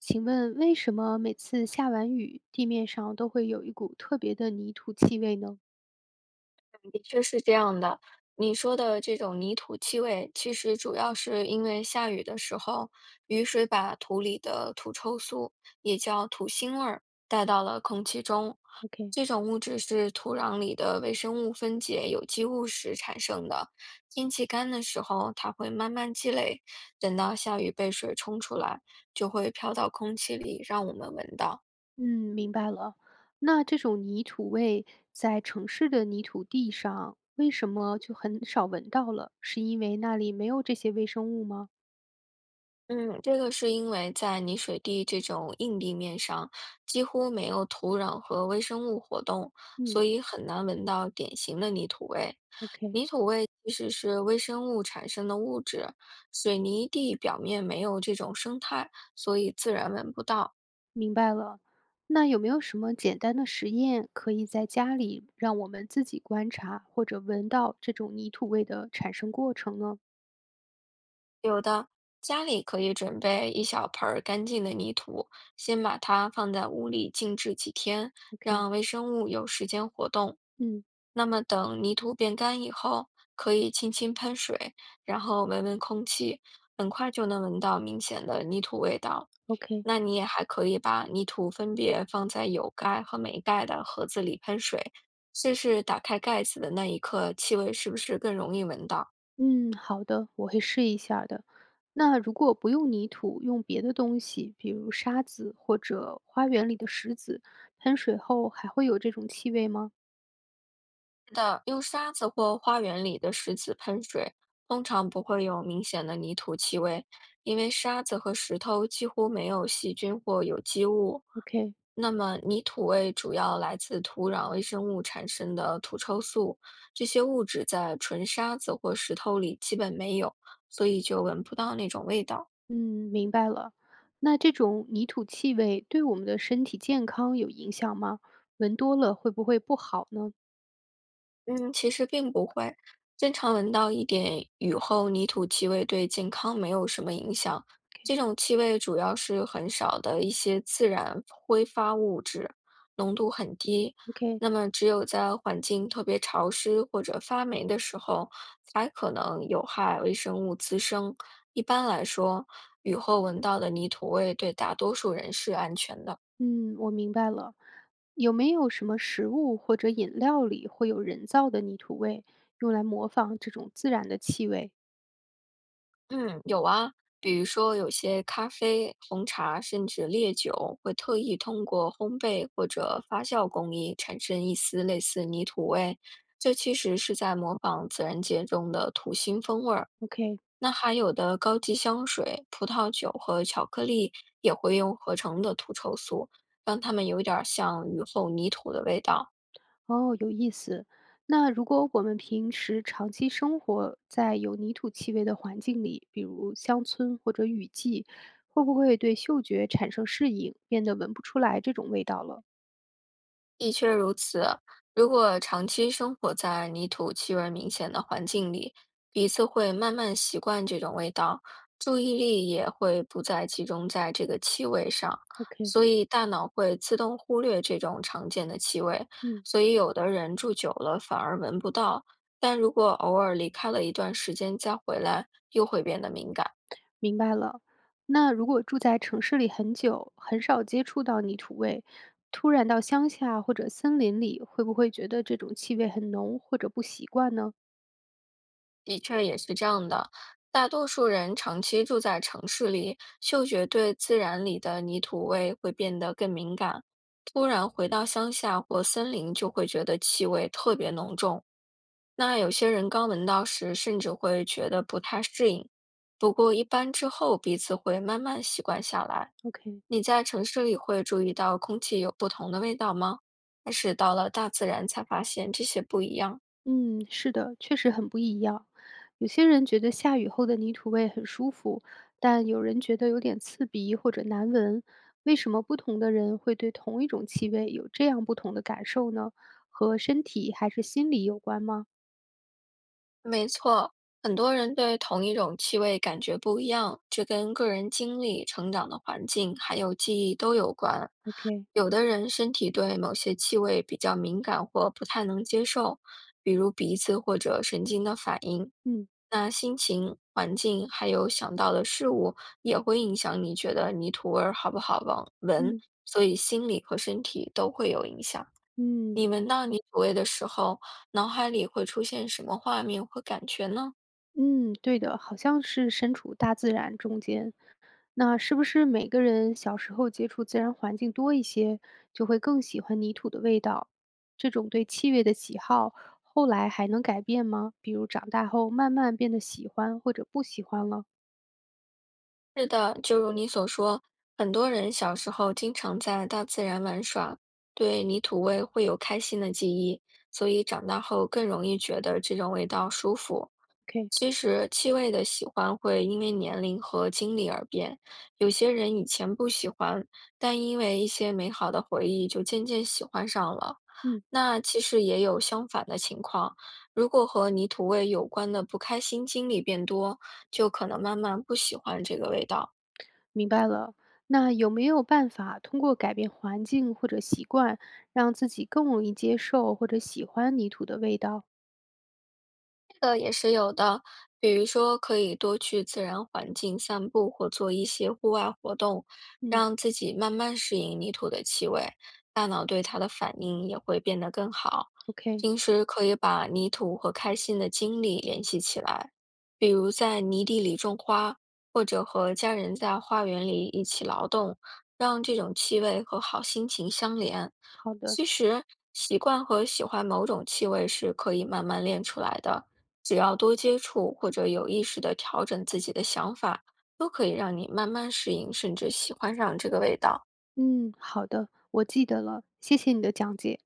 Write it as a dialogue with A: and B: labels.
A: 请问为什么每次下完雨，地面上都会有一股特别的泥土气味呢
B: 的确是这样的，你说的这种泥土气味，其实主要是因为下雨的时候，雨水把土里的土臭素，也叫土腥味儿，带到了空气中。
A: ？OK，
B: 这种物质是土壤里的微生物分解有机物时产生的。天气干的时候，它会慢慢积累，等到下雨被水冲出来，就会飘到空气里，让我们闻到。
A: 嗯，明白了。那这种泥土味在城市的泥土地上，为什么就很少闻到了？是因为那里没有这些微生物吗？
B: 嗯，这个是因为在泥水地这种硬地面上，几乎没有土壤和微生物活动，
A: 嗯
B: 所以很难闻到典型的泥土味。
A: ，OK，
B: 泥土味其实是微生物产生的物质，水泥地表面没有这种生态，所以自然闻不到。
A: 明白了。那有没有什么简单的实验可以在家里让我们自己观察或者闻到这种泥土味的产生过程呢
B: 家里可以准备一小盆儿干净的泥土，先把它放在屋里静置几天，
A: ？OK，
B: 让微生物有时间活动。
A: 嗯
B: 那么等泥土变干以后，可以轻轻喷水，然后闻闻空气，很快就能闻到明显的泥土味道。
A: ，OK。
B: 那你也还可以把泥土分别放在有盖和没盖的盒子里喷水，试试打开盖子的那一刻，气味是不是更容易闻到。
A: 嗯，好的，我会试一下儿的。那如果不用泥土，用别的东西，比如沙子或者花园里的石子，喷水后还会有这种气味吗
B: 的，用沙子或花园里的石子喷水，通常不会有明显的泥土气味，因为沙子和石头几乎没有细菌或有机物。
A: ？OK，
B: 那么，泥土味主要来自土壤微生物产生的土臭素，这些物质在纯沙子或石头里基本没有，所以就闻不到那种味道。
A: 嗯，明白了。那这种泥土气味对我们的身体健康有影响吗？闻多了会不会不好呢
B: 嗯，其实并不会。经常闻到一点雨后泥土气味，对健康没有什么影响。这种气味主要是很少的一些自然挥发物质，浓度很低。
A: ？OK，
B: 那么，只有在环境特别潮湿或者发霉的时候，才可能有害微生物滋生。一般来说，雨后闻到的泥土味对大多数人是安全的。
A: 嗯，我明白了。有没有什么食物或者饮料里会有人造的泥土味，用来模仿这种自然的气味
B: 嗯，有啊，比如说有些咖啡、红茶，甚至烈酒，会特意通过烘焙或者发酵工艺产生一丝类似泥土味，这其实是在模仿自然界中的土腥风味儿。
A: ？OK。
B: 那还有的高级香水、葡萄酒和巧克力也会用合成的土臭素，让它们有点儿像雨后泥土的味道。
A: 哦，有意思。那如果我们平时长期生活在有泥土气味的环境里，比如乡村或者雨季，会不会对嗅觉产生适应，变得闻不出来这种味道了
B: 的确如此，如果长期生活在泥土气味明显的环境里，鼻子会慢慢习惯这种味道，注意力也会不再集中在这个气味上，
A: ？OK，
B: 所以大脑会自动忽略这种常见的气味。
A: 嗯，
B: 所以有的人住久了反而闻不到，但如果偶尔离开了一段时间再回来，又会变得敏感。
A: 明白了。那如果住在城市里很久，很少接触到泥土味，突然到乡下或者森林里，会不会觉得这种气味很浓或者不习惯呢
B: 的确也是这样的。大多数人长期住在城市里，嗅觉对自然里的泥土味会变得更敏感。突然回到乡下或森林，就会觉得气味特别浓重。那有些人刚闻到时，甚至会觉得不太适应。不过一般之后，鼻子会慢慢习惯下来。
A: ？OK，
B: 你在城市里会注意到空气有不同的味道吗？还是到了大自然才发现这些不一样？
A: 嗯，是的，确实很不一样。有些人觉得下雨后的泥土味很舒服，但有人觉得有点刺鼻或者难闻。为什么不同的人会对同一种气味有这样不同的感受呢？和身体还是心理有关吗
B: 没错，很多人对同一种气味感觉不一样，这跟个人经历、成长的环境还有记忆都有关。
A: ？OK，
B: 有的人身体对某些气味比较敏感或不太能接受，比如鼻子或者神经的反应。
A: 嗯
B: 那心情、环境还有想到的事物也会影响你觉得泥土味儿好不好闻，
A: 嗯
B: 所以心理和身体都会有影响。
A: 嗯。
B: 你闻到泥土味的时候，脑海里会出现什么画面或感觉呢？
A: 嗯，对的，好像是身处大自然中间。那是不是每个人小时候接触自然环境多一些，就会更喜欢泥土的味道？这种对气味的喜好，后来还能改变吗？比如长大后慢慢变得喜欢或者不喜欢了
B: 是的，就如你所说，很多人小时候经常在大自然玩耍，对泥土味会有开心的记忆，所以长大后更容易觉得这种味道舒服。
A: ？OK，
B: 其实气味的喜欢会因为年龄和经历而变，有些人以前不喜欢，但因为一些美好的回忆，就渐渐喜欢上了。
A: 嗯，
B: 那其实也有相反的情况，如果和泥土味有关的不开心经历变多，就可能慢慢不喜欢这个味道。
A: 明白了。那有没有办法通过改变环境或者习惯，让自己更容易接受或者喜欢泥土的味道？
B: 也是有的，比如说可以多去自然环境散步，或做一些户外活动，
A: 嗯
B: 让自己慢慢适应泥土的气味，大脑对它的反应也会变得更好。
A: ，OK，
B: 平时可以把泥土和开心的经历联系起来，比如在泥地里种花，或者和家人在花园里一起劳动，让这种气味和好心情相连。
A: 好的。
B: 其实，习惯和喜欢某种气味是可以慢慢练出来的。只要多接触或者有意识的调整自己的想法，都可以让你慢慢适应，甚至喜欢上这个味道。
A: 嗯，好的，我记得了，谢谢你的讲解。